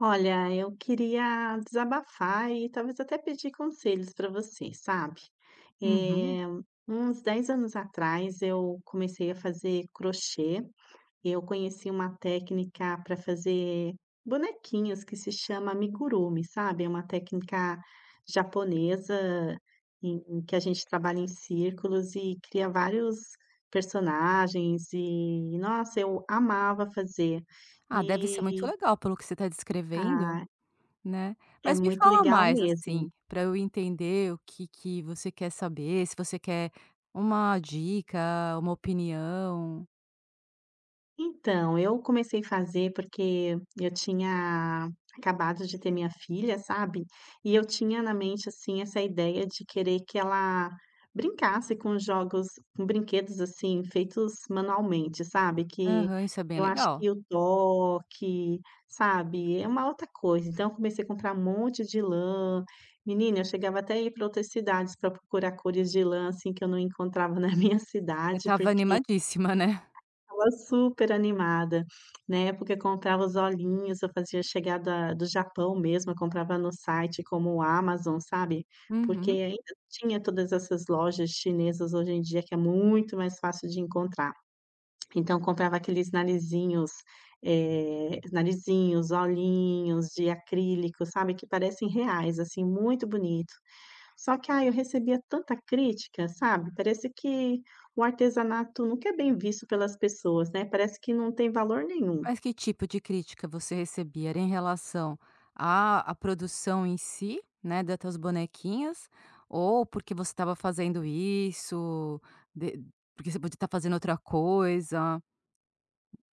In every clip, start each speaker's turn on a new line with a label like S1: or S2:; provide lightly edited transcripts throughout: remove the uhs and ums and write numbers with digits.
S1: Olha, eu queria desabafar e talvez até pedir conselhos para você, sabe?
S2: Uhum.
S1: Eh, Uns 10 anos atrás eu comecei a fazer crochê. Eu conheci uma técnica para fazer bonequinhos que se chama amigurumi, sabe? É uma técnica japonesa em que a gente trabalha em círculos e cria vários personagens e nossa, eu amava fazer.
S2: Ah, deve ser muito
S1: E
S2: legal pelo que você está descrevendo, né.
S1: é
S2: Mas me
S1: muito
S2: fala
S1: legal
S2: mais,
S1: mesmo.
S2: assim, para eu entender o que que você quer saber, se você quer uma dica, uma opinião.
S1: Então, eu comecei a fazer porque eu tinha acabado de ter minha filha, sabe, e eu tinha na mente, assim, essa ideia de querer que ela brincasse com jogos com brinquedos, assim, feitos manualmente, sabe, que
S2: Aham, isso é bem
S1: eu acho
S2: legal.
S1: que o toque, sabe, é uma outra coisa. Então eu comecei a comprar um monte de lã. Menina, eu chegava até a ir para outras cidades para procurar cores de lã, assim, que eu não encontrava na minha
S2: Você
S1: cidade,
S2: estava
S1: porque
S2: animadíssima, né.
S1: estava super animada. Na época eu comprava os olhinhos, eu fazia chegar da do Japão mesmo, eu comprava no site como o Amazon, sabe, porque
S2: Uhum.
S1: ainda tinha todas essas lojas chinesas hoje em dia que é muito mais fácil de encontrar. Então comprava aqueles narizinhos, narizinhos, olhinhos de acrílico, sabe, que parecem reais, assim, muito bonito. Só que, ah eu recebia tanta crítica, sabe, parece que o artesanato nunca é bem visto pelas pessoas, né, parece que não tem valor nenhum.
S2: Mas que tipo de crítica você recebia? Era em relação à produção em si, né, das tuas bonequinhas, ou porque você estava fazendo isso, de porque você podia estar fazendo outra coisa?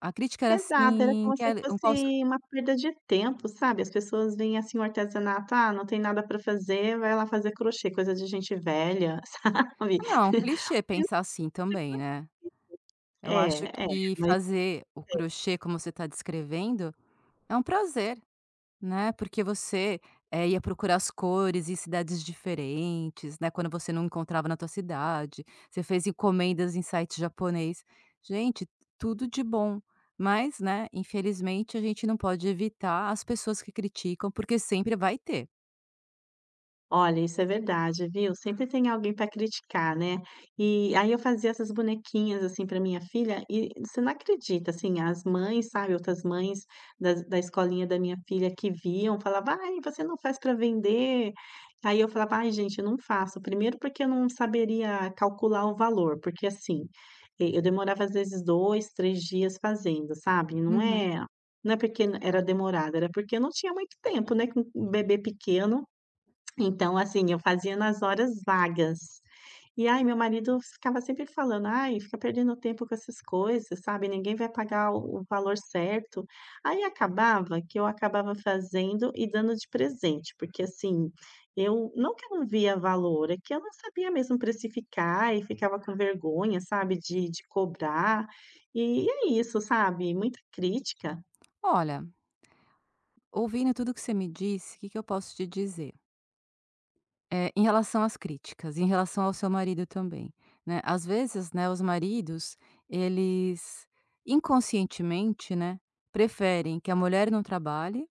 S2: A crítica era
S1: Exato, era
S2: assim,
S1: como
S2: que
S1: se
S2: era um calço
S1: fosse uma perda de tempo, sabe, as pessoas veem, assim, o artesanato: "Ah, não tem nada para fazer, vai lá fazer crochê, coisa de gente velha", sabe.
S2: não, um clichê pensar assim também, né.
S1: É,
S2: Eu acho
S1: é,
S2: que
S1: mas
S2: fazer o crochê como você tá descrevendo é um prazer, né, porque você, ia procurar as cores em cidades diferentes, né, quando você não encontrava na tua cidade, você fez encomendas em site japonês. Gente, tudo de bom, mas, né, infelizmente a gente não pode evitar as pessoas que criticam, porque sempre vai ter.
S1: olha, isso é verdade, viu. Sempre tem alguém para criticar, né. E aí eu fazia essas bonequinhas, assim, para minha filha e você não acredita, assim, as mães, sabe, outras mães da escolinha da minha filha que viam, falava: "Ai, você não faz para vender?". Aí eu falava: "Ai, gente, eu não faço". Primeiro porque eu não saberia calcular o valor, porque, assim, eu demorava às vezes 2, 3 dias fazendo, sabe. Não
S2: Uhum.
S1: é não é porque era demorado, era porque eu não tinha muito tempo, né, com um bebê pequeno. Então, assim, eu fazia nas horas vagas. E aí meu marido ficava sempre falando: "Ai, fica perdendo tempo com essas coisas, sabe, ninguém vai pagar o valor certo". Aí acabava que eu acabava fazendo e dando de presente, porque, assim, eu não que eu não via valor, é que eu não sabia mesmo precificar e ficava com vergonha, sabe, de cobrar. E é isso, sabe, muita crítica.
S2: Olha, ouvindo tudo que você me disse, o que que eu posso te dizer? Em relação às críticas, em relação ao seu marido também, né, às vezes, né, os maridos, eles inconscientemente, né, preferem que a mulher não trabalhe,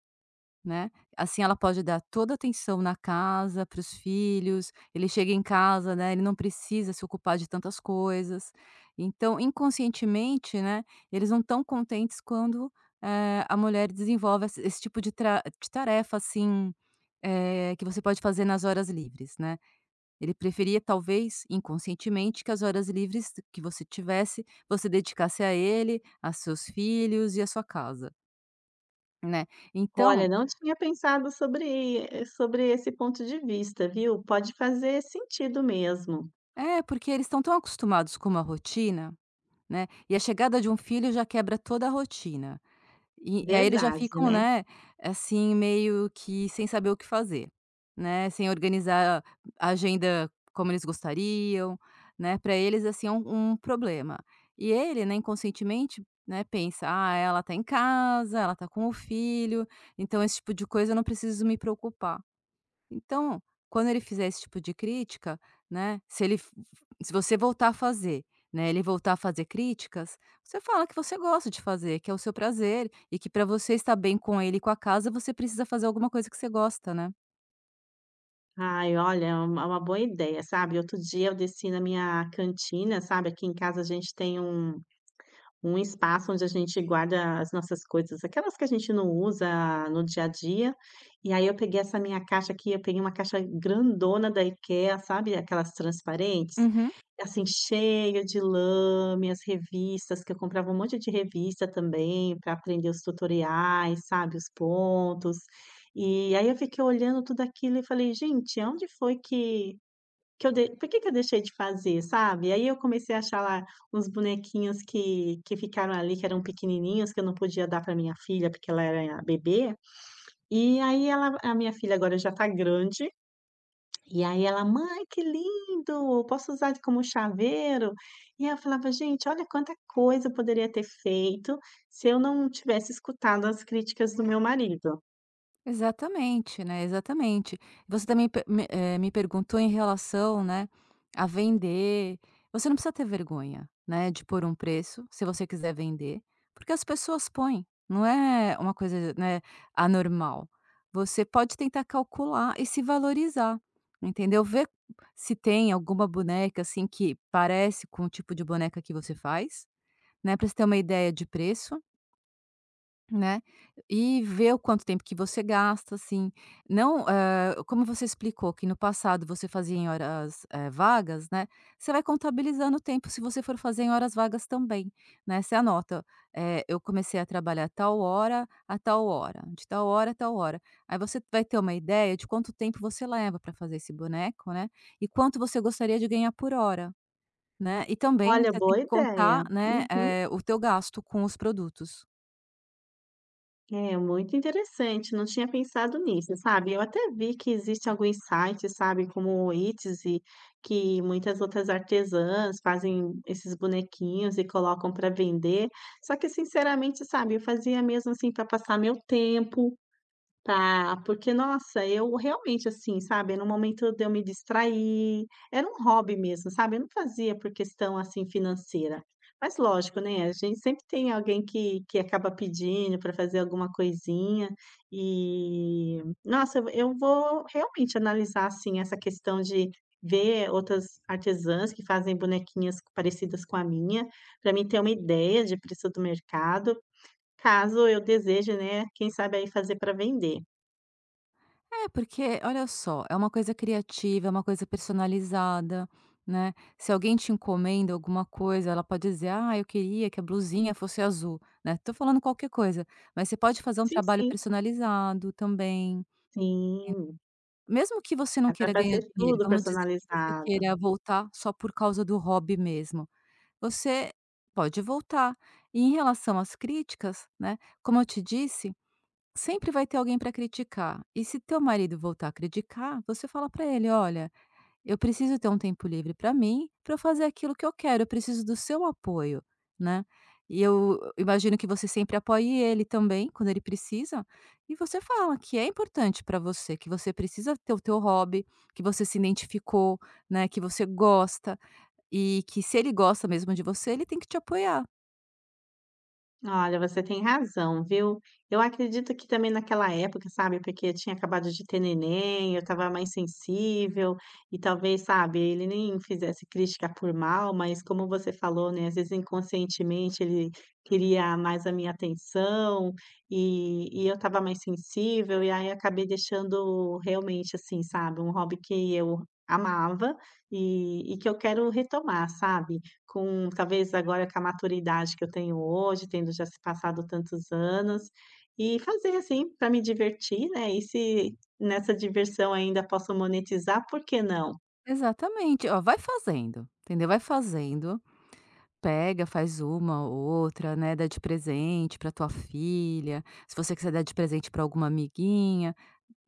S2: né, assim ela pode dar toda a atenção na casa, para os filhos, ele chega em casa, né, ele não precisa se ocupar de tantas coisas. Então, inconscientemente, né, eles não estão contentes quando, a mulher desenvolve esse tipo de tra de tarefa, assim, que você pode fazer nas horas livres, né. Ele preferia talvez, inconscientemente, que as horas livres que você tivesse, você dedicasse a ele, a seus filhos e a sua casa, né. Então
S1: Olha, não tinha pensado sobre esse ponto de vista, viu. Pode fazer sentido mesmo,
S2: é, porque eles estão tão acostumados com uma rotina, né, e a chegada de um filho já quebra toda a rotina. E aí eles já
S1: verdade,
S2: ficam,
S1: né.
S2: né, assim, meio que sem saber o que fazer, né, sem organizar a agenda como eles gostariam, né, para eles, assim, é um problema. E ele, né, inconscientemente, né, pensa: "Ah, ela tá em casa, ela tá com o filho, então esse tipo de coisa eu não preciso me preocupar". Então, quando ele fizer esse tipo de crítica, né, se ele f se você voltar a fazer, né, ele voltar a fazer críticas, você fala que você gosta de fazer, que é o seu prazer e que para você estar bem com ele e com a casa, você precisa fazer alguma coisa que você gosta, né.
S1: Ai, olha, é uma boa ideia, sabe. Outro dia eu desci na minha cantina, sabe, aqui em casa a gente tem um um espaço onde a gente guarda as nossas coisas, aquelas que a gente não usa no dia a dia. E aí eu peguei essa minha caixa aqui, eu peguei uma caixa grandona da IKEA, sabe, aquelas transparentes?
S2: Uhum.
S1: Assim, cheia de lâminas, revistas, que eu comprava um monte de revista também para aprender os tutoriais, sabe, os pontos. E aí eu fiquei olhando tudo aquilo e falei: "Gente, onde foi que eu dei por que que eu deixei de fazer, sabe? Aí eu comecei a achar lá uns bonequinhos que ficaram ali, que eram pequenininhos, que eu não podia dar para minha filha, porque ela era bebê, e aí ela a minha filha agora já tá grande, e aí ela: "Mãe, que lindo, posso usar como chaveiro?" E eu falava: "Gente, olha quanta coisa eu poderia ter feito se eu não tivesse escutado as críticas do meu marido".
S2: Exatamente, né, exatamente. Você também pe me me perguntou em relação, né, a vender. Você não precisa ter vergonha, né, de pôr um preço, se você quiser vender, porque as pessoas põem, não é uma coisa, né, anormal. Você pode tentar calcular e se valorizar, entendeu? Ver se tem alguma boneca, assim, que parece com o tipo de boneca que você faz, né, para você ter uma ideia de preço, né, e ver o quanto tempo que você gasta, assim, não, como você explicou que no passado você fazia em horas, vagas, né, você vai contabilizando o tempo se você for fazer em horas vagas também, né, você anota, eu comecei a trabalhar tal hora a tal hora, de tal hora a tal hora. Aí você vai ter uma ideia de quanto tempo você leva para fazer esse boneco, né, e quanto você gostaria de ganhar por hora, né, e também
S1: Olha,
S2: você tem
S1: boa
S2: que
S1: ideia.
S2: contar, né,
S1: Uhum.
S2: o teu gasto com os produtos.
S1: É, muito interessante, não tinha pensado nisso, sabe. Eu até vi que existe alguns sites, sabe, como o Etsy, que muitas outras artesãs fazem esses bonequinhos e colocam para vender. Só que sinceramente, sabe, eu fazia mesmo, assim, para passar meu tempo, tá, porque nossa, eu realmente, assim, sabe, no momento de eu me distrair, era um hobby mesmo, sabe, eu não fazia por questão, assim, financeira. Mas lógico, né, a gente sempre tem alguém que acaba pedindo para fazer alguma coisinha, e nossa, eu vou realmente analisar, assim, essa questão de ver outras artesãs que fazem bonequinhas parecidas com a minha, para mim ter uma ideia de preço do mercado, caso eu deseje, né, quem sabe aí fazer para vender.
S2: É, porque olha só, é uma coisa criativa, é uma coisa personalizada, né. Se alguém te encomenda alguma coisa, ela pode dizer: "Ah, eu queria que a blusinha fosse azul", né, tô falando qualquer coisa, mas você pode fazer um
S1: Sim,
S2: trabalho
S1: sim,
S2: personalizado também.
S1: sim.
S2: Mesmo que você
S1: Dá
S2: não
S1: para
S2: queira ganhar
S1: fazer
S2: dinheiro,
S1: tudo
S2: vamos dizer que você
S1: personalizado.
S2: queira voltar só por causa do hobby mesmo, você pode voltar. E em relação às críticas, né, como eu te disse, sempre vai ter alguém para criticar. E se teu marido voltar a criticar, você fala para ele: "Olha, eu preciso ter um tempo livre para mim, para eu fazer aquilo que eu quero, eu preciso do seu apoio", né. E eu imagino que você sempre apoie ele também, quando ele precisa, e você fala que é importante para você, que você precisa ter o teu hobby, que você se identificou, né, que você gosta e que se ele gosta mesmo de você, ele tem que te apoiar.
S1: Olha, você tem razão, viu. Eu acredito que também naquela época, sabe, porque eu tinha acabado de ter neném, eu estava mais sensível e talvez, sabe, ele nem fizesse crítica por mal, mas como você falou, né, às vezes inconscientemente ele queria mais a minha atenção e eu estava mais sensível e aí acabei deixando realmente, assim, sabe, um hobby que eu amava e que eu quero retomar, sabe. Com talvez agora com a maturidade que eu tenho hoje, tendo já se passado tantos anos, e fazer assim para me divertir, né, e se nessa diversão ainda posso monetizar, por que não?
S2: Exatamente. Ó, vai fazendo, entendeu, vai fazendo, pega, faz uma ou outra, né, dá de presente para tua filha, se você quiser dar de presente para alguma amiguinha,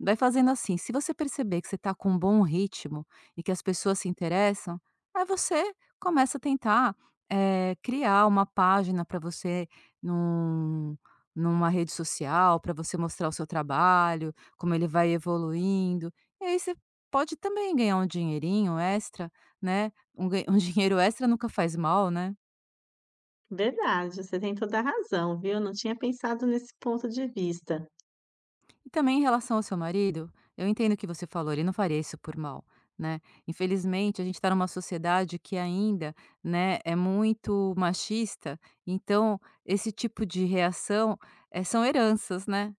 S2: vai fazendo assim. Se você perceber que você tá com um bom ritmo e que as pessoas se interessam, aí você começa a tentar, criar uma página para você num numa rede social, para você mostrar o seu trabalho, como ele vai evoluindo. E aí você pode também ganhar um dinheirinho extra, né, um ganho um dinheiro extra nunca faz mal, né?
S1: Verdade, você tem toda a razão, viu, não tinha pensado nesse ponto de vista.
S2: E também em relação ao seu marido, eu entendo o que você falou, ele não faria isso por mal, né. Infelizmente a gente está numa sociedade que ainda, né, é muito machista, então esse tipo de reação, são heranças, né.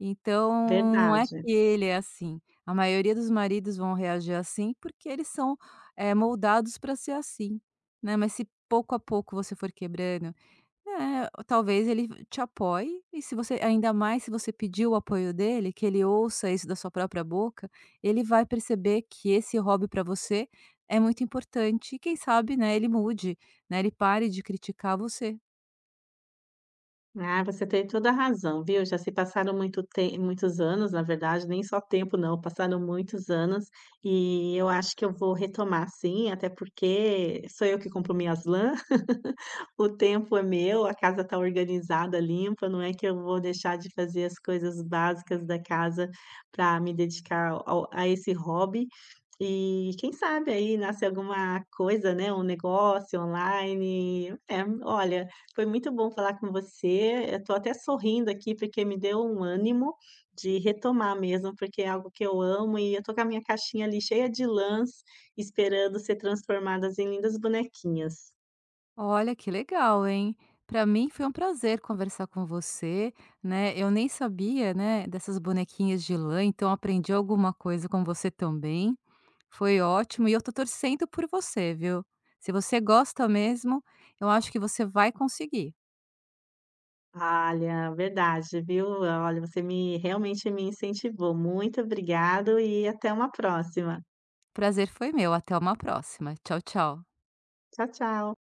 S2: Então não é que
S1: Verdade.
S2: ele é assim, a maioria dos maridos vão reagir assim, porque eles são, moldados para ser assim, né. Mas se pouco a pouco você for quebrando é, talvez ele te apoie e se você ainda mais se você pedir o apoio dele, que ele ouça isso da sua própria boca, ele vai perceber que esse hobby para você é muito importante e quem sabe, né, ele mude, né, ele pare de criticar você.
S1: Ah, você tem toda a razão, viu, já se passaram muito tem muitos anos, na verdade, nem só tempo não, passaram muitos anos, e eu acho que eu vou retomar sim, até porque sou eu que compro minhas lan O tempo é meu, a casa está organizada, limpa, não é que eu vou deixar de fazer as coisas básicas da casa para me dedicar ao a esse hobby. E quem sabe aí nasce alguma coisa, né, um negócio online. É, olha, foi muito bom falar com você. Eu tô até sorrindo aqui, porque me deu um ânimo de retomar mesmo, porque é algo que eu amo e eu tô com a minha caixinha ali cheia de lãs, esperando ser transformadas em lindas bonequinhas.
S2: Olha que legal, hein? Para mim foi um prazer conversar com você, né, eu nem sabia, né, dessas bonequinhas de lã, então aprendi alguma coisa com você também. Foi ótimo e eu tô torcendo por você, viu. Se você gosta mesmo, eu acho que você vai conseguir.
S1: Olha, verdade, viu? Olha, você me realmente me incentivou. Muito obrigado e até uma próxima.
S2: Prazer foi meu, até uma próxima. Tchau, tchau.
S1: Tchau, tchau.